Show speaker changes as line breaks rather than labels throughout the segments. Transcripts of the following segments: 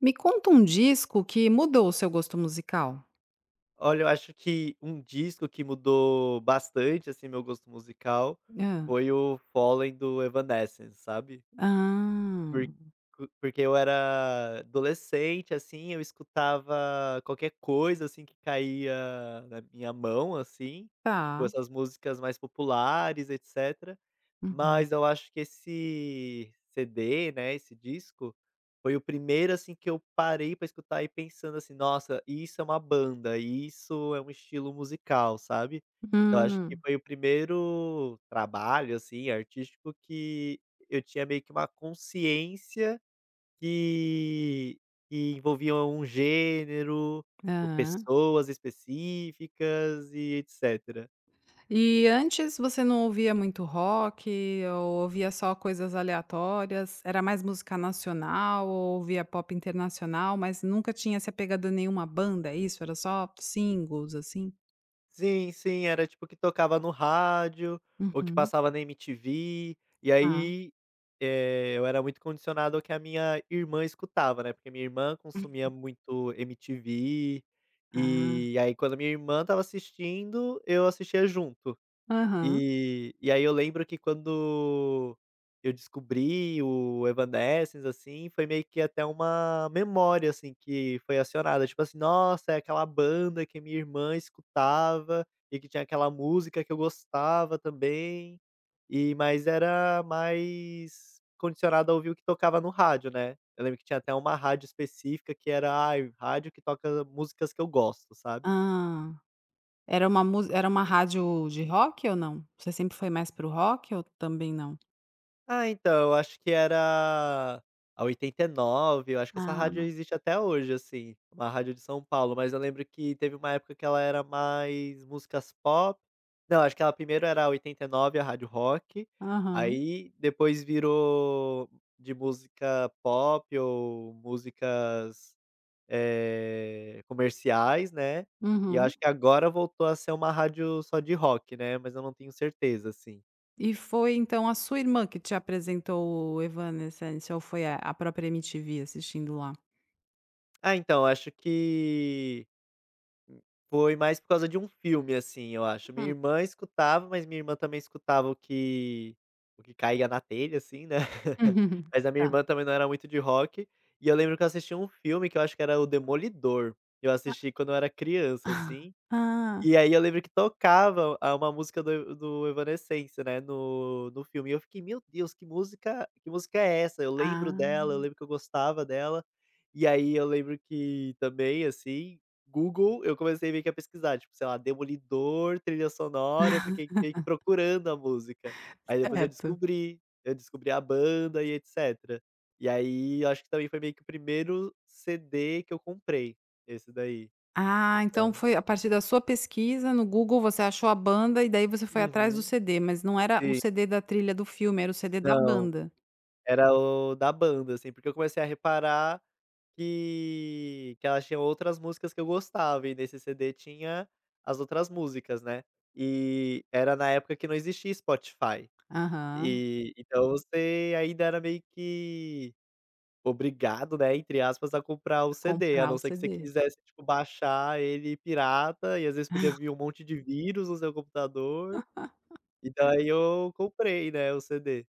Me conta um disco que mudou o seu gosto musical.
Olha, eu acho que um disco que mudou bastante, assim, meu gosto musical,
Hã.
foi o Fallen do Evanescence, sabe.
Ah,
Por porque eu era adolescente, assim, eu escutava qualquer coisa, assim, que caía na minha mão, assim, tipo
tá.
essas músicas mais populares, etc.
Uhum.
Mas eu acho que esse CD, né, esse disco, foi o primeiro, assim, que eu parei pra escutar e pensando assim: "Nossa, isso é uma banda, isso é um estilo musical", sabe. Eu acho que
Hum.
foi o primeiro trabalho, assim, artístico que eu tinha meio que uma consciência que que envolvia um gênero, ou
Aham.
pessoas específicas e etcétera.
E antes você não ouvia muito rock ou ouvia só coisas aleatórias? Era mais música nacional ou ouvia pop internacional, mas nunca tinha se apegado a nenhuma banda, é isso? Era só singles, assim?
Sim, sim, era tipo que tocava no rádio, ou que
Uhum.
passava na MTV, e
Tá.
aí, eu era muito condicionado ao que a minha irmã escutava, né, porque minha irmã consumia muito MTV,
Ah.
e aí quando a minha irmã tava assistindo, eu assistia junto.
Aham.
E aí eu lembro que quando eu descobri o Evanescence, assim, foi meio que até uma memória, assim, que foi acionada, tipo assim: "Nossa, é aquela banda que minha irmã escutava e que tinha aquela música que eu gostava também", e mas era mais condicionado a ouvir o que tocava no rádio, né. Eu lembro que tinha até uma rádio específica que era: "Ai, rádio que toca músicas que eu gosto", sabe.
Hã. Era uma rádio de rock ou não? Você sempre foi mais para o rock ou também não?
Ah, então, eu acho que era a 89. Eu acho que essa rádio
Ah,
existe até hoje, assim, uma rádio de São Paulo, mas eu lembro que teve uma época que ela era mais músicas pop. Não, acho que ela primeiro era a 89 a rádio rock,
aham,
aí depois virou de música pop ou músicas, comerciais, né, e eu
uhum.
acho que agora voltou a ser uma rádio só de rock, né, mas eu não tenho certeza, assim.
E foi então a sua irmã que te apresentou o Evanescence ou foi a própria MTV assistindo lá?
Ah, então, acho que foi mais por causa de um filme, assim, eu acho. Minha
Hum.
irmã escutava, mas minha irmã também escutava o que caía na telha, assim, né. Mas a minha
Tá.
irmã também não era muito de rock, e eu lembro que eu assisti um filme que eu acho que era o Demolidor. Eu
Ah.
assisti quando eu era criança, assim,
Ah,
e aí eu lembro que tocava a uma música do Evanescence, né, no filme, e eu fiquei: "Meu Deus, que música é essa?". Eu lembro
ah,
dela, eu lembro que eu gostava dela, e aí eu lembro que também, assim, Google, eu comecei meio que a pesquisar, tipo, sei lá, Demolidor, trilha sonora, eu fiquei meio que procurando a música. Aí depois
certo.
eu descobri a banda e etcétera. E aí eu acho que também foi meio que o primeiro CD que eu comprei, esse daí, o
Ah, então
Fome.
foi a partir da sua pesquisa no Google, você achou a banda e daí você foi atrás do
Uhum,
CD, mas não era o
sim.
CD da trilha do filme, era o CD da
Não,
banda.
era o da banda, assim, porque eu comecei a reparar que elas tinham outras músicas que eu gostava, e nesse CD tinha as outras músicas, né. E era na época que não existia Spotify,
Aham,
e então você ainda era meio que obrigado, né, entre aspas, a comprar o CD, a
comprar
não
o
ser que você
CD.
quisesse, tipo, baixar ele pirata, e às vezes podia vir um monte de vírus no seu computador, e daí eu comprei, né, o CD.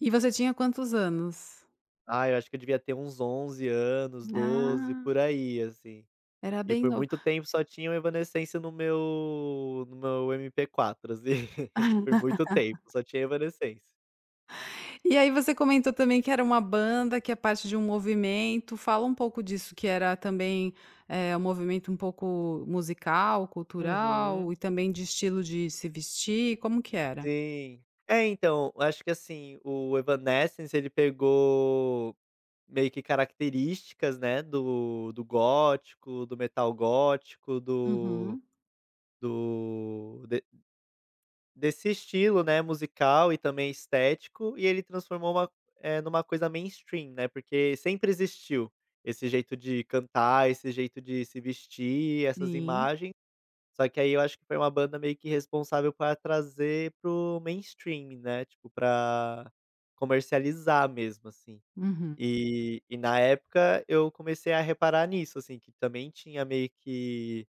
E você tinha quantos anos?
Ah, eu acho que eu devia ter uns 11 anos, 12
Ah,
por aí, assim.
era
E
bem
por
novo.
muito tempo só tinha o Evanescence no meu MP4, assim. Por muito tempo, só tinha Evanescence.
E aí você comentou também que era uma banda, que é parte de um movimento. Fala um pouco disso, que era também, um movimento um pouco musical, cultural
Uhum,
e também de estilo de se vestir, como que era?
sim. É, então, eu acho que, assim, o Evanescence ele pegou meio que características, né, do gótico, do metal gótico, do
Uhum,
do desse estilo, né, musical e também estético, e ele transformou uma, numa coisa mainstream, né, porque sempre existiu esse jeito de cantar, esse jeito de se vestir, essas
sim.
imagens, só que aí eu acho que foi uma banda meio que responsável para trazer para o mainstream, né, tipo pra comercializar mesmo, assim.
Uhum.
E na época eu comecei a reparar nisso, assim, que também tinha meio que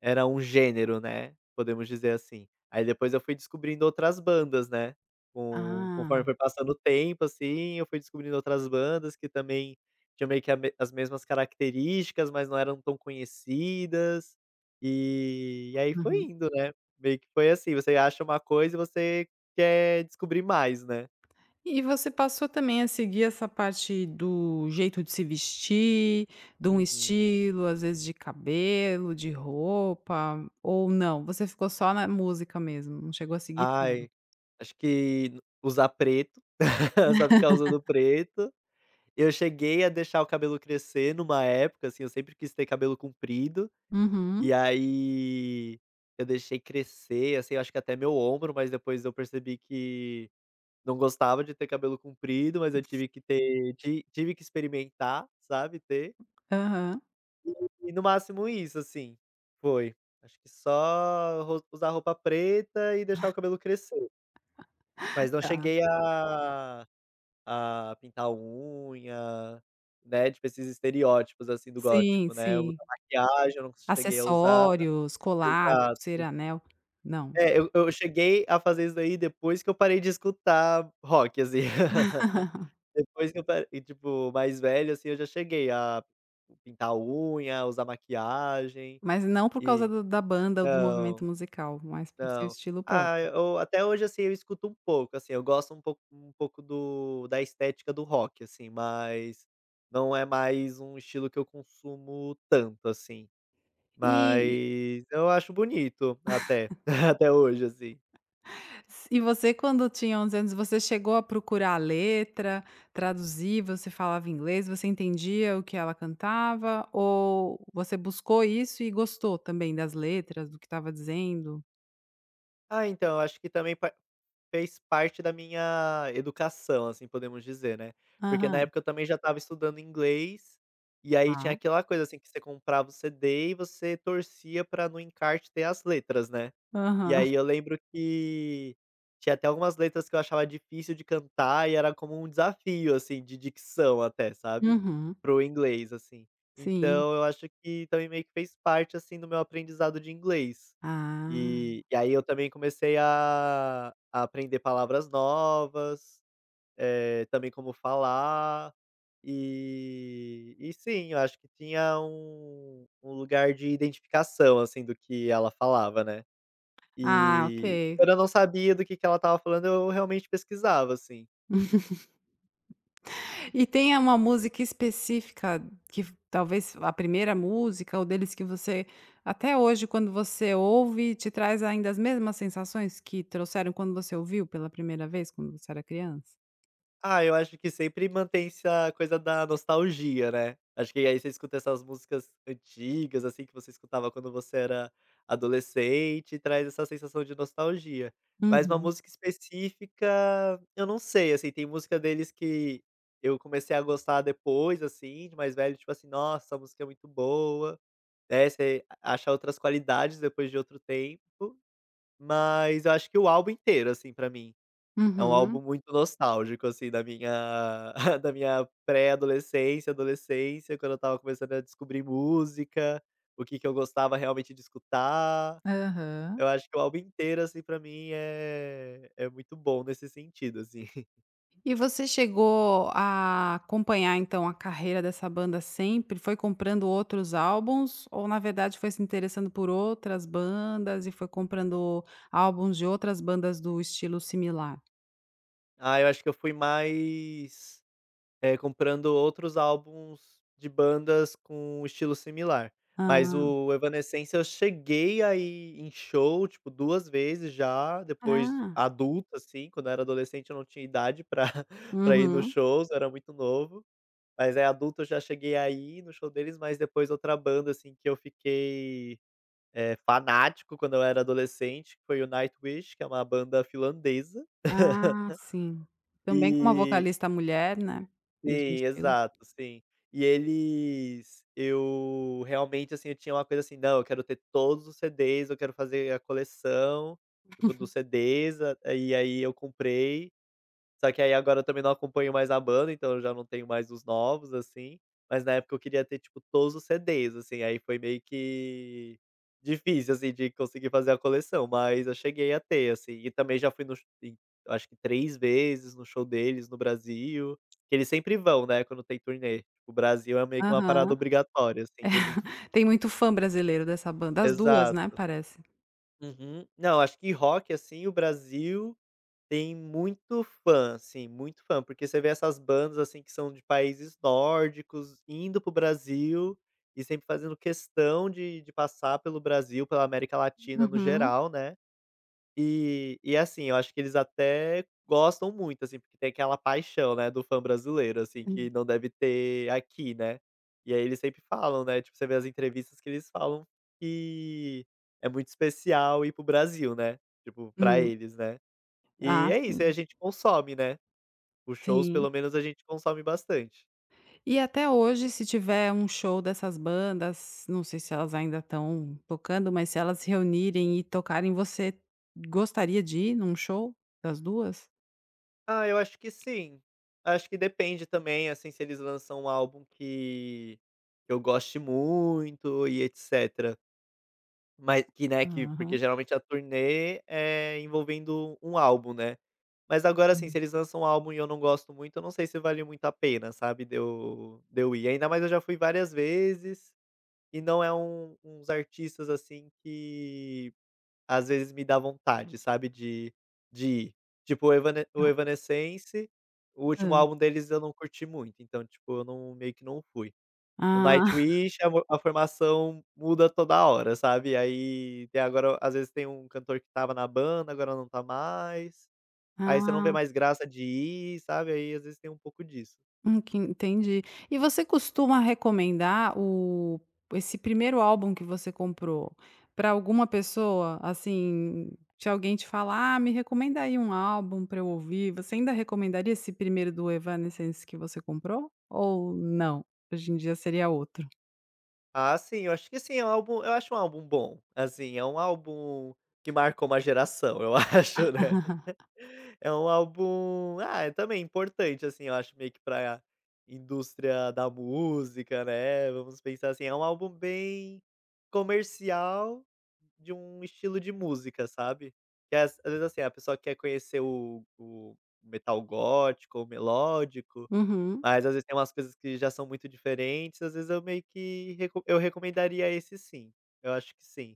era um gênero, né, podemos dizer assim. Aí depois eu fui descobrindo outras bandas, né, com
Ah,
conforme foi passando o tempo, assim, eu fui descobrindo outras bandas que também tinham meio que a me as mesmas características, mas não eram tão conhecidas, e aí foi
uhum.
indo, né. Meio que foi assim, você acha uma coisa e você quer descobrir mais, né.
E você passou também a seguir essa parte do jeito de se vestir, de um
Uhum.
estilo, às vezes de cabelo, de roupa, ou não? Você ficou só na música mesmo, não chegou a seguir tudo?
Ai, acho que usar preto, só ficar usando preto. Eu cheguei a deixar o cabelo crescer numa época, assim, eu sempre quis ter cabelo comprido,
Uhum,
e aí eu deixei crescer, assim, eu acho que até meu ombro, mas depois eu percebi que não gostava de ter cabelo comprido, mas eu tive que ter ti tive que experimentar, sabe, ter.
aham,
E no máximo isso, assim, foi. Acho que só ro usar roupa preta e deixar o cabelo crescer, mas não
tá.
cheguei a pintar unha, né, tipo esses estereótipos, assim, do
Sim,
gótico, né, o
sim.
da maquiagem eu não cheguei a usar,
Acessórios, colar,
exato.
pulseira, anel, não.
É, eu cheguei a fazer isso daí depois que eu parei de escutar rock, assim. Depois que eu parei e tipo, mais velho, assim, eu já cheguei a pintar unha, usar maquiagem
Mas não por causa
e
do da banda ou do
não.
movimento musical, mas por seu
Não.
estilo
Ah,
próprio.
eu até hoje, assim, eu escuto um pouco, assim, eu gosto um pouco do da estética do rock, assim, mas não é mais um estilo que eu consumo tanto, assim.
E
Mas eu acho bonito até, até hoje, assim.
E você, quando tinha 11 anos, você chegou a procurar a letra, traduzir, você falava inglês, você entendia o que ela cantava, ou você buscou isso e gostou também das letras, do que estava dizendo?
Ah, então, eu acho que também pa fez parte da minha educação, assim, podemos dizer, né. Porque na
Aham.
época eu também já estava estudando inglês, e aí tinha
Ah,
aquela coisa, assim, que você comprava o CD e você torcia pra no encarte ter as letras, né. E
aham.
aí eu lembro que tinha até algumas letras que eu achava difícil de cantar e era como um desafio, assim, de dicção até, sabe,
Uhum.
para o inglês, assim.
Sim.
Então eu acho que também meio que fez parte, assim, do meu aprendizado de inglês.
Ah.
E aí eu também comecei a aprender palavras novas, também como falar, e sim, eu acho que tinha um lugar de identificação, assim, do que ela falava, né.
Ah, ok.
E quando eu não sabia do que ela estava falando, eu realmente pesquisava, assim.
E tem uma música específica que talvez a primeira música ou deles que você até hoje quando você ouve te traz ainda as mesmas sensações que trouxeram quando você ouviu pela primeira vez quando você era criança?
Ah, eu acho que sempre mantém-se a coisa da nostalgia, né. Acho que aí você escuta essas músicas antigas, assim, que você escutava quando você era adolescente, e traz essa sensação de nostalgia. Mas uma
Uhum,
música específica, eu não sei, assim, tem música deles que eu comecei a gostar depois, assim, de mais velho, tipo assim: "Nossa, essa música é muito boa", né, você acha outras qualidades depois de outro tempo. Mas eu acho que o álbum inteiro, assim, pra mim, é um
uhum,
álbum muito nostálgico, assim, da minha da minha pré-adolescência, adolescência, quando eu estava começando a descobrir música, o que que eu gostava realmente de escutar.
aham.
Eu acho que o álbum inteiro, assim, pra mim é muito bom nesse sentido, assim.
E você chegou a acompanhar então a carreira dessa banda sempre? Foi comprando outros álbuns ou na verdade foi se interessando por outras bandas e foi comprando álbuns de outras bandas do estilo similar?
Ah, eu acho que eu fui mais, comprando outros álbuns de bandas com um estilo similar.
Hã.
Mas o Evanescence eu cheguei a ir em show, tipo, 2 vezes já, depois
Ah,
adulto, assim, quando eu era adolescente eu não tinha idade pra pra ir nos
uhum.
shows, eu era muito novo. Mas é adulto eu já cheguei a ir no show deles, mas depois outra banda, assim, que eu fiquei, fanático quando eu era adolescente, que foi o Nightwish, que é uma banda finlandesa.
Ah, sim. Também com uma
E
vocalista mulher, né,
sim,
mesmo estilo.
exato, sim. E eles eu realmente, assim, eu tinha uma coisa assim: "Não, eu quero ter todos os CDs, eu quero fazer a coleção, tipo, dos CDs", a e aí eu comprei, só que aí agora eu também não acompanho mais a banda, então eu já não tenho mais os novos, assim, mas na época eu queria ter, tipo, todos os CDs, assim, aí foi meio que difícil, assim, de conseguir fazer a coleção, mas eu cheguei a ter, assim, e também já fui no sh em acho que 3 vezes no show deles no Brasil, que eles sempre vão, né, quando tem turnê. O Brasil é meio que uma parada
Aham.
obrigatória, assim, tem muito,
Tem muito fã brasileiro dessa banda, as 2, né,
exato.
parece.
Uhum. Não, acho que rock, assim, o Brasil tem muito fã, assim, muito fã, porque você vê essas bandas, assim, que são de países nórdicos, indo para o Brasil e sempre fazendo questão de passar pelo Brasil, pela América Latina no
Uhum.
geral, né. E assim, eu acho que eles até gostam muito, assim, porque tem aquela paixão, né, do fã brasileiro, assim,
Hum.
que não deve ter aqui, né. E aí eles sempre falam, né, tipo, você vê as entrevistas que eles falam que é muito especial ir para o Brasil, né, tipo, pra
Hum.
eles, né. E
Ah,
é isso, aí a
sim,
gente consome, né. Os shows
sim.
pelo menos a gente consome bastante.
E até hoje, se tiver um show dessas bandas, não sei se elas ainda estão tocando, mas se elas se reunirem e tocarem, você gostaria de ir num show das duas?
Ah, eu acho que sim. Acho que depende também, assim, se eles lançam um álbum que eu goste muito e etcétera. Mas que, né, que porque
Aham.
geralmente a turnê é envolvendo um álbum, né. Mas agora, assim, se
Hum,
eles lançam um álbum e eu não gosto muito, eu não sei se vale muito a pena, sabe, de eu ir. Ainda mais eu já fui várias vezes, e não é um uns artistas, assim, que às vezes me dá vontade, sabe, de ir. Tipo, o
tá.
Evanescence, o
Hã.
último álbum deles eu não curti muito, então, tipo, eu não meio que não fui. No
Ah.
Nightwish, a formação muda toda hora, sabe, aí tem agora às vezes tem um cantor que estava na banda, agora não tá mais, aí você não vê
Ah.
mais graça de ir, sabe, aí às vezes tem um pouco disso.
Que entendi. E você costuma recomendar o esse primeiro álbum que você comprou para alguma pessoa? Assim, se alguém te falar: "Ah, me recomenda aí um álbum para eu ouvir", você ainda recomendaria esse primeiro do Evanescence que você comprou? Ou não? Hoje em dia seria outro?
Ah, sim, eu acho que sim, é um álbum, eu acho um álbum bom, assim, é um álbum que marcou uma geração, eu acho, né. É um álbum ah, é também importante, assim, eu acho meio que pra indústria da música, né, vamos pensar assim, é um álbum bem comercial de um estilo de música, sabe. Que às vezes, assim, a pessoa quer conhecer o metal gótico ou melódico,
Uhum.
mas às vezes tem umas coisas que já são muito diferentes, às vezes eu meio que reco eu recomendaria esse sim, eu acho que sim.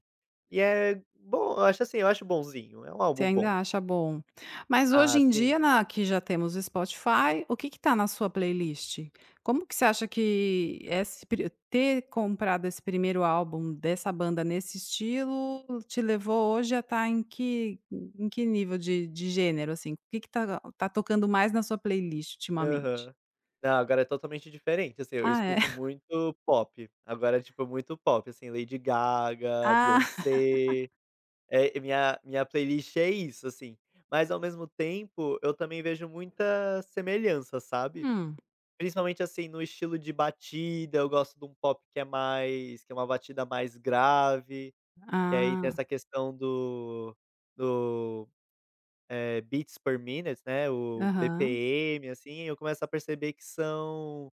E é bom, eu acho assim, eu acho bonzinho, é um
Você
álbum bom.
ainda acha bom. Mas hoje
Ah,
em
sim.
dia na que já temos o Spotify, o que que tá na sua playlist? Como que você acha que esse pri ter comprado esse primeiro álbum dessa banda nesse estilo, te levou hoje a estar em que nível de gênero, assim? O que que tá tocando mais na sua playlist ultimamente?
Aham. Não, agora é totalmente diferente, assim, eu
Ah é?
escuto muito pop, agora, é, tipo, muito pop, assim, Lady Gaga,
Ah,
Beyoncé, minha playlist é isso, assim. Mas ao mesmo tempo, eu também vejo muita semelhança, sabe.
hum.
Principalmente, assim, no estilo de batida, eu gosto de um pop que é mais que é uma batida mais grave, que aí tem
Ah,
essa questão do beats per minute, né, o
aham.
BPM, assim, eu começo a perceber que são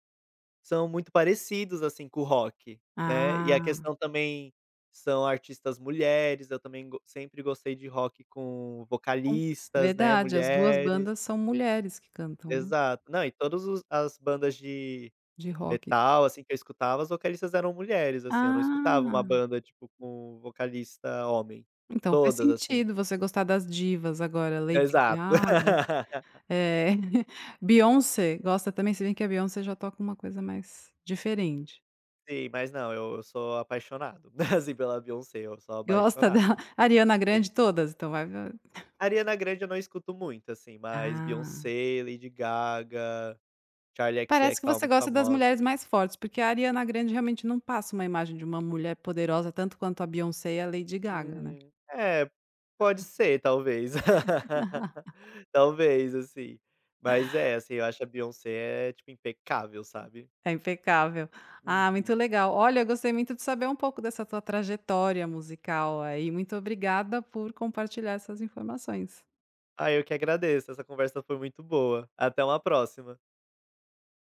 são muito parecidos, assim, com o rock, né. E a
Ah,
questão também são artistas mulheres, eu também go sempre gostei de rock com vocalistas, né,
verdade, as 2
mulheres.
bandas são mulheres que cantam, né,
Exato. Não, e todas os as bandas de
de rock.
metal, assim, que eu escutava, as vocalistas eram mulheres, assim, eu não escutava uma
Ah.
banda, tipo, com vocalista homem.
Então faz
Todas, assim.
sentido você gostar das divas agora, Lady
Exato.
Gaga, eh, Beyoncé gosta também, se bem que a Beyoncé já toca uma coisa mais diferente.
Sim, mas não, eu sou apaixonado, assim, pela Beyoncé, eu sou
Gosta da
apaixonado,
Ariana
sim.
Grande, todas? Então vai va
Ariana Grande eu não escuto muito, assim, mas
ah,
Beyoncé, Lady Gaga, Charli
parece
XCX
que
estava
você
muito
gosta das mulheres
famosa.
mais fortes, porque a Ariana Grande realmente não passa uma imagem de uma mulher poderosa tanto quanto a Beyoncé e a Lady Gaga, né.
É, pode ser, talvez. Talvez, assim. Mas é, assim, eu acho a Beyoncé é, tipo, impecável, sabe.
É impecável. Ah, muito
Uhum.
legal. Olha, eu gostei muito de saber um pouco dessa tua trajetória musical aí. Muito obrigada por compartilhar essas informações.
Ah, eu que agradeço, essa conversa foi muito boa. Até uma próxima.